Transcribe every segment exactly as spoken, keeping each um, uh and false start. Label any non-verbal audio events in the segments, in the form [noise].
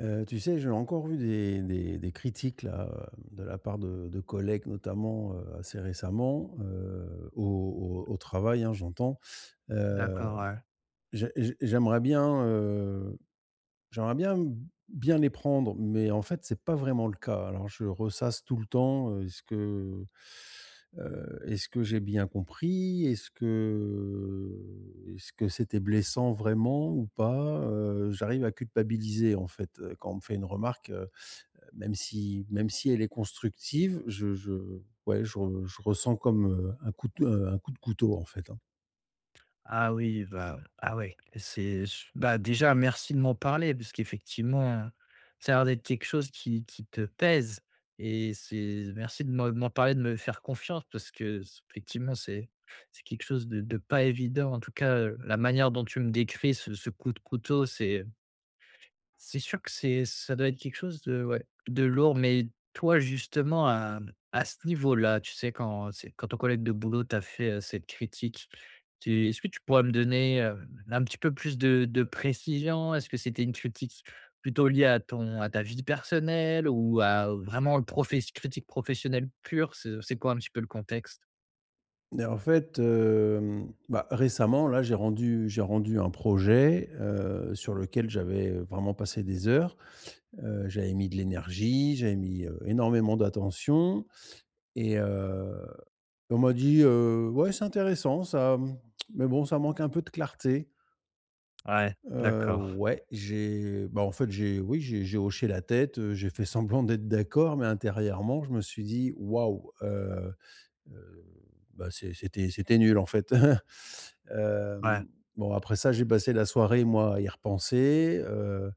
Heu, tu sais, j'ai encore vu des des des critiques là, heu, de la part de de collègues notamment, heu, assez récemment, heu, au au au travail, hein, j'entends. D'accord, Heu, ouais. j'ai j'ai j'aimerais bien, euh, J'aimerais bien bien les prendre, mais en fait, c'est pas vraiment le cas. Alors je ressasse tout le temps, heu, est-ce que, heu, est-ce que j'ai bien compris? Est-ce que est-ce que c'était blessant vraiment ou pas? Heu, j'arrive à culpabiliser en fait, heu, quand on me fait une remarque, heu, même si même si elle est constructive, je je ouais, je re je ressens comme, heu, un coup de un coup de couteau en fait, hein. Ah oui, bah, ah ouais, c'est bah, déjà merci de m'en parler parce qu'effectivement, ça a l'air d'être quelque chose qui qui te pèse et c'est merci de m'en de m'en parler, de me faire confiance parce que effectivement, c'est c'est quelque chose de de pas évident. En tout cas, la manière dont tu me décris ce ce coup de couteau, c'est C'est sûr que c'est ça doit être quelque chose de ouais, de lourd, mais toi justement à à ce niveau-là, tu sais, quand c'est quand ton collègue de boulot t'a fait, heu, cette critique, tu est-ce que tu pourrais me donner, heu, un petit peu plus de de précision? Est-ce que c'était une critique plutôt liée à ton à ta vie personnelle ou à vraiment le profess critique professionnelle pure? C'est c'est quoi un petit peu le contexte? Et en fait, hem, bah, récemment là, j'ai rendu j'ai rendu un projet, heu, sur lequel j'avais, vraiment passé des heures. Heu, j'avais mis de l'énergie, j'avais mis, heu, énormément d'attention et heu, on m'a dit: «Heu, ouais, c'est intéressant ça, mmh, mais bon, ça manque un peu de clarté». Ouais, Heu, d'accord. ouais, j'ai bah, en fait, j'ai oui, j'ai j'ai hoché la tête, heu, j'ai fait [laughs] semblant d'être d'accord, mais intérieurement, je me suis dit: «Waouh, euh, Heu, bah, c'est c'était c'était nul, en fait.» [laughs] Ouais, Hem, bon, après ça, j'ai passé la soirée, moi, à y repenser. heu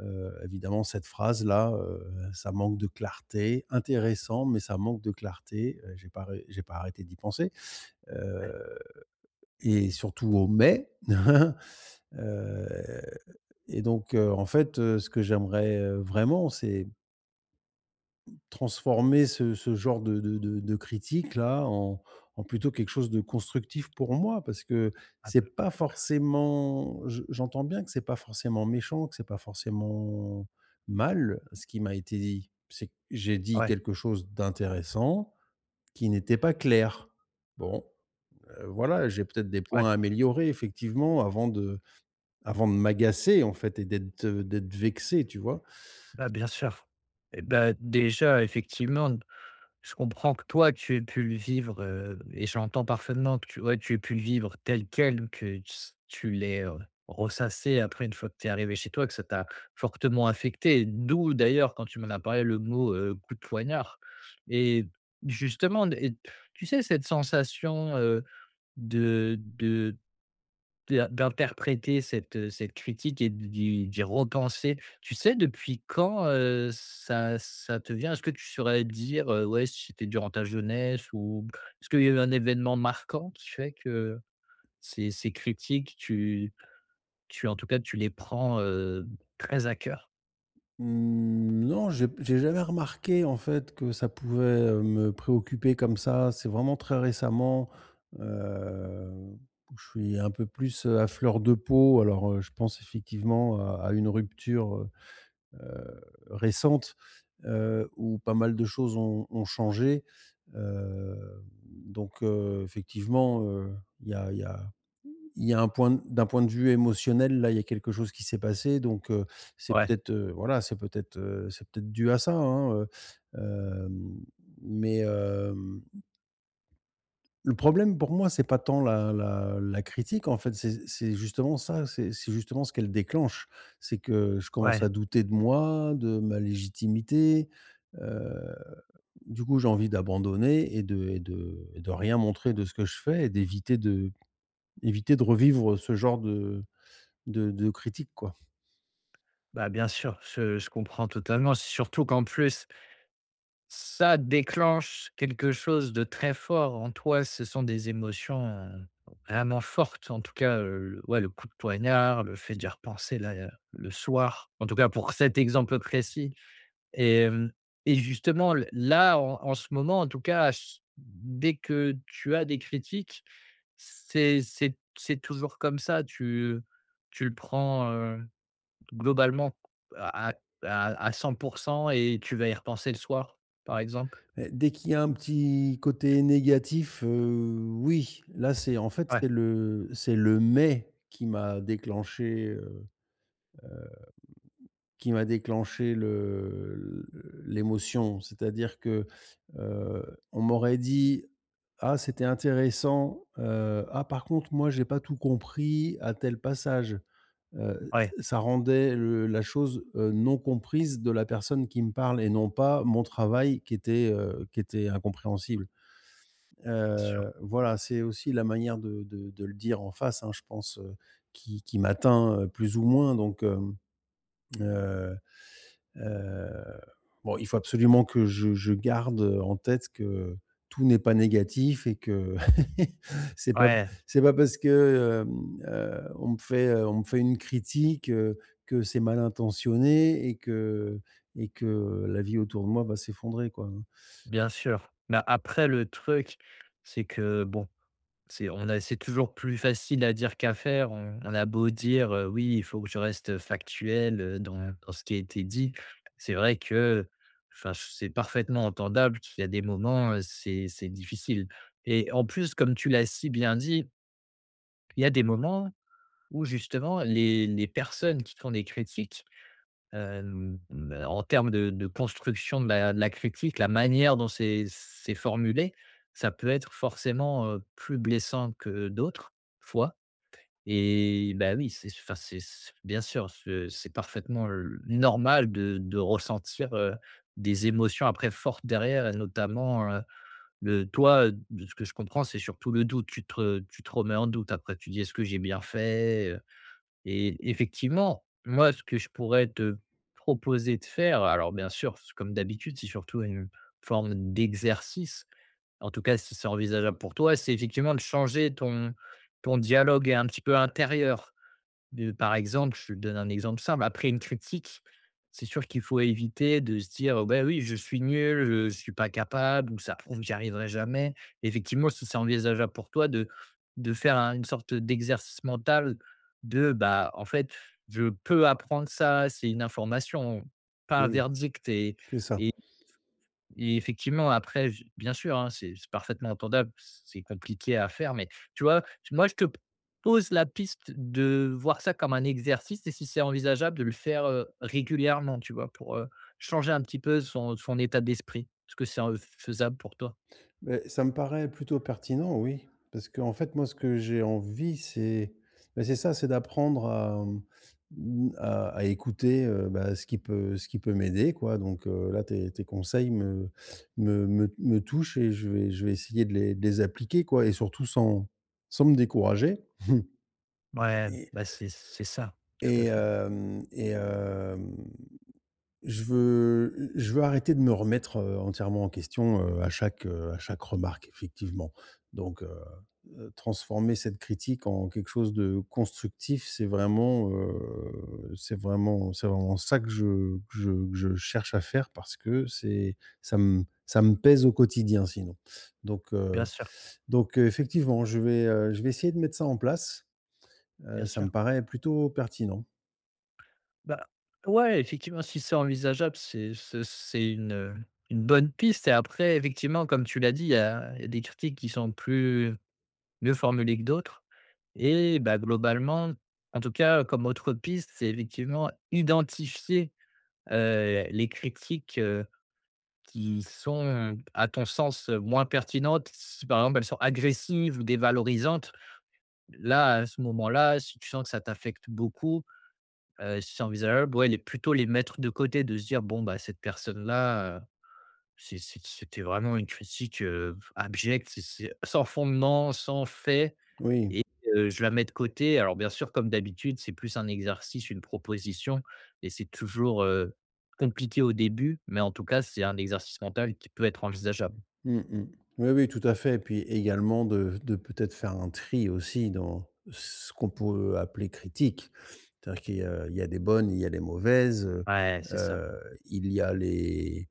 heu, Évidemment, cette phrase-là, heu, ça manque de clarté, intéressant, mais ça manque de clarté, heu, j'ai pas ré j'ai pas arrêté d'y penser, ouais, heu et surtout au mai. [laughs] heu et donc heu, en fait, heu, ce que j'aimerais, heu, vraiment, c'est transformer ce ce genre de de de de critique-là en en plutôt quelque chose de constructif pour moi, parce que ah, c'est pas forcément, je j'entends bien que c'est pas forcément méchant, que c'est pas forcément mal ce qui m'a été dit. C'est que j'ai dit ouais, quelque chose d'intéressant qui n'était pas clair. Bon, heu, voilà, j'ai peut-être des ouais, points à améliorer effectivement avant de avant de m'agacer en fait et d'être, d'être vexé, tu vois? bah, bien sûr et bah, déjà effectivement, je comprends que toi, tu aies pu le vivre, heu et j'entends parfaitement que tu ouais, tu aies pu le vivre tel quel, que ts tu l'aies, heu, ressassé après une fois que tu es arrivé chez toi, que ça t'a fortement affecté. D'où d'ailleurs, quand tu m'en as parlé, le mot, heu, coup de poignard et justement et tu sais cette sensation, heu, de de d'in d'interpréter cette, euh, cette critique et d'y d'y repenser. Tu sais depuis quand, heu, ça ça te vient? Est-ce que tu saurais dire, heu, ouais, si c'était durant ta jeunesse ou est-ce qu'il y a eu un événement marquant qui fait que ces ces critiques, tu tu en tout cas, tu les prends, heu, très à cœur? Mmh, non, j'ai j'ai jamais remarqué en fait que ça pouvait, heu, me préoccuper comme ça. C'est vraiment très récemment, heu, où je suis un peu plus, heu, à fleur de peau. Alors, heu, je pense effectivement à à une rupture, heu récente, heu, où pas mal de choses ont ont changé. Heu, donc, heu, effectivement, heu, il y a il y a il y a un point d'un point de vue émotionnel, là, il y a quelque chose qui s'est passé, donc heu, c'est Ouais, peut-être, heu, voilà, c'est peut-être, heu, c'est peut-être dû à ça, hein, heu, hem, mais hem, le problème pour moi, c'est pas tant la la la critique, en fait, c'est c'est justement ça, c'est c'est justement ce qu'elle déclenche. C'est que je commence ouais. à douter de moi, de ma légitimité, heu, du coup, j'ai envie d'abandonner et de et de et de rien montrer de ce que je fais et d'éviter de éviter de revivre ce genre de de de critiques, quoi. Bah, bien sûr, je je comprends totalement. C'est surtout qu'en plus, ça déclenche quelque chose de très fort en toi. Ce sont des émotions, heu, vraiment fortes. En tout cas, heu, ouais, le coup de poignard, le fait d'y repenser là, heu, le soir, en tout cas pour cet exemple précis et hem et justement l là, en en ce moment, en tout cas, ch dès que tu as des critiques, c'est c'est c'est toujours comme ça? Tu, tu le prends, heu globalement, à à à cent pour cent et tu vas y repenser le soir, par exemple? Heu, dès qu'il y a un petit côté négatif, heu, oui, là, c'est en fait, Ouais, c'est le c'est le mais qui m'a déclenché, heu qui m'a déclenché le le l'émotion. C'est-à-dire que, heu, on m'aurait dit: «Ah, c'était intéressant, heu, ah, par contre, moi, j'ai pas tout compris à tel passage». Heu, ouais, Ça rendait le la chose, heu, non comprise de la personne qui me parle et non pas mon travail qui était, heu, qui était incompréhensible. bien sûr. Heu, voilà, c'est aussi la manière de de de le dire en face, hein, je pense, heu, qui qui m'atteint, heu, plus ou moins. donc hem, heu Heu, bon, il faut absolument que je je garde, en tête que tout n'est pas négatif et que [laughs] c'est pas Ouais, c'est pas parce que, hem, heu, on me fait, heu, on me fait une critique, heu, que c'est mal intentionné et que et que la vie autour de moi va s'effondrer, quoi, hein. bien sûr. Mais après le truc, c'est que bon, c'est on a c'est toujours plus facile à dire qu'à faire. On on a beau dire, heu: «Oui, il faut que je reste factuel, heu, dans dans ce qui a été dit». C'est vrai que, enfin, c'est parfaitement entendable, il y a des moments, heu, c'est c'est difficile et en plus, comme tu l'as si bien dit, il y a des moments où justement les les personnes qui font des critiques, hem, en termes de de construction de la de la critique, la manière dont c'est c'est formulé, ça peut être forcément, heu, plus blessant que d'autres fois et bah, oui, c'est enfin, c'est c'est bien sûr, ce c'est parfaitement l normal de de ressentir, heu, des émotions après fortes derrière et notamment, heu, le toi, euh, de ce que je comprends, c'est surtout le doute. Tu te tu te remets en doute après. Tu dis: «Est-ce que j'ai bien fait?» Et effectivement, moi, ce que je pourrais te proposer de faire, alors bien sûr, c- comme d'habitude, c'est surtout une forme d'exercice. En tout cas, si c'est envisageable pour toi, c'est effectivement de changer ton, ton dialogue un petit peu intérieur. Heu, par exemple, je te donne un exemple simple. Après une critique, c'est sûr qu'il faut éviter de se dire: «Oh ben oui, je suis nul, je ne suis pas capable» ou «Ça prouve que j'y arriverai jamais». Effectivement, si c'est envisageable pour toi de de faire un une sorte d'exercice mental de, bah, en fait, je peux apprendre ça, c'est une information, pas un Oui, verdict et c'est ça. et effectivement, après, j bien sûr, hein, c'est c'est parfaitement entendable, c'est compliqué à faire, mais tu vois? Moi, je te pose la piste de voir ça comme un exercice et si c'est envisageable de le faire, heu, régulièrement, tu vois? Pour, heu, changer un petit peu son son état d'esprit. Est-ce que c'est, heu, faisable pour toi? Ben ça me paraît plutôt pertinent, oui. Parce qu'en fait, moi, ce que j'ai envie, c'est ben c'est ça, c'est d'apprendre à, mmh, à à écouter, heu, bah, ce qui peut ce qui peut m'aider, quoi. Donc heu, là, tes tes conseils me me me me touchent et je vais je vais essayer de les de les appliquer, quoi, et surtout sans sans me décourager. [laughs] Ouais, et bah, c'est c'est ça, tout à et fait. hem et hem Je veux je veux arrêter de me remettre, heu, entièrement en question, heu, à chaque, heu, à chaque remarque effectivement. Donc, heu heu, Transformer cette critique en quelque chose de constructif, c'est vraiment, heu, c'est vraiment c'est vraiment ça que je que je que je cherche à faire, parce que c'est ça me ça me pèse au quotidien sinon. Donc, heu Bien sûr, donc, heu, effectivement, je vais, heu, je vais essayer de mettre ça en place, bien heu, ça sûr. me paraît plutôt pertinent. Bah, ouais, effectivement, si c'est envisageable, c'est ce c'est une, une bonne piste et après, effectivement, comme tu l'as dit, il y a il y a des critiques qui sont plus mieux formulées que d'autres et bah, globalement, en tout cas, comme autre piste, c'est effectivement identifier, heu, les critiques, heu, qui sont à ton sens, heu, moins pertinentes. Si par exemple, elles sont agressives ou dévalorisantes, là, à ce moment-là, si tu sens que ça t'affecte beaucoup, heu, c'est envisageable, ouais, les plutôt les mettre de côté, de se dire: «Bon, bah, cette personne-là, heu, c'est c'est c'était vraiment une critique, heu, abjecte, c'est c'est sans fondement, sans fait». Oui. Et heu, je la mets de côté. Alors bien sûr, comme d'habitude, c'est plus un exercice, une proposition et c'est toujours, heu, compliqué au début, mais en tout cas, c'est un exercice mental qui peut être envisageable. Mmh mh. Oui, oui, tout à fait. Et puis également de de peut-être faire un tri aussi dans ce qu'on peut appeler critique. C'est-à-dire qu'il y a il y a des bonnes, il y a des mauvaises, heu, Ouais, c'est ça. il y a les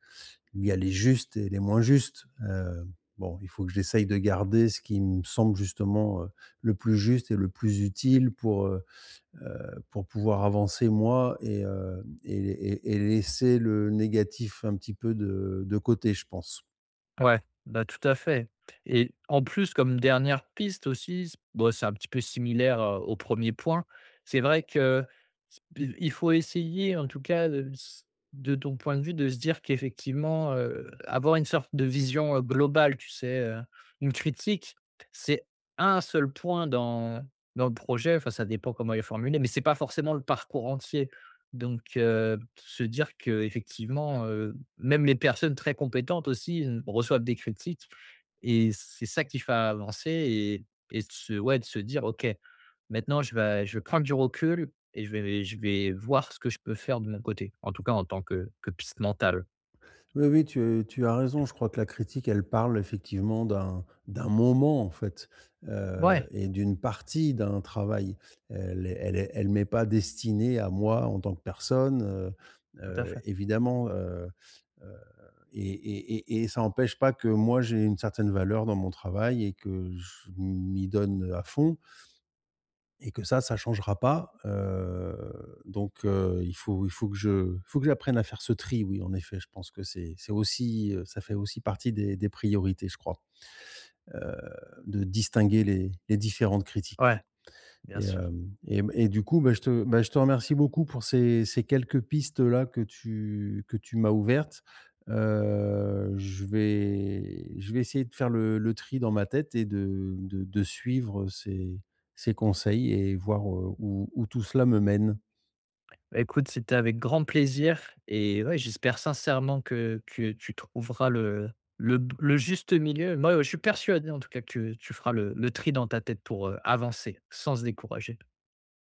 il y a les justes et les moins justes. Heu, bon, il faut que j'essaye de garder ce qui me semble justement, heu, le plus juste et le plus utile pour, heu, heu, pour pouvoir avancer moi et heu, et et et laisser le négatif un petit peu de de côté, je pense. Ouais, bah, tout à fait et en plus, comme dernière piste aussi, s bon, c'est un petit peu similaire, heu, au premier point. C'est vrai que s il faut essayer, en tout cas, de s de ton point de vue, de se dire qu'effectivement, heu, avoir une sorte de vision, heu, globale, tu sais, heu, une critique, c'est un seul point dans dans le projet, enfin, ça dépend comment il est formulé, mais c'est pas forcément le parcours entier donc heu, se dire que effectivement. Même les personnes très compétentes aussi, heu, reçoivent des critiques et c'est ça qui fait avancer et et de se ouais, de se dire: «OK, maintenant je vais je vais prendre du recul et je vais je vais voir ce que je peux faire de mon côté», en tout cas en tant que que piste mentale. Oui, oui, tu euh, tu as raison. Je crois que la critique, elle parle effectivement d'un d'un moment, en fait, heu Ouais, et d'une partie d'un travail. Elle est elle est elle m'est pas destinée à moi en tant que personne, heu tout à heu, fait. évidemment, heu heu et et et et ça n'empêche pas que moi, j'ai une certaine valeur dans mon travail et que je m'y donne à fond. Et que ça, ça changera pas, heu, donc heu, il faut il faut que je il faut que j'apprenne à faire ce tri, oui, en effet. Je pense que c'est c'est aussi, heu, ça fait aussi partie des des priorités, je crois, heu, de distinguer les les différentes critiques. Ouais, bien Et, sûr. hem et et du coup, bah, je te bah, je te remercie beaucoup pour ces ces quelques pistes-là que tu que tu m'as ouvertes. Heu, je vais je vais essayer de faire le le tri dans ma tête et de de de suivre ces ces conseils et voir, heu, où où tout cela me mène. Bah, écoute, c'était avec grand plaisir et ouais, j'espère sincèrement que que tu trouveras le le le juste milieu. Moi, je suis persuadé en tout cas que tu tu feras le le tri dans ta tête pour, heu, avancer sans se décourager.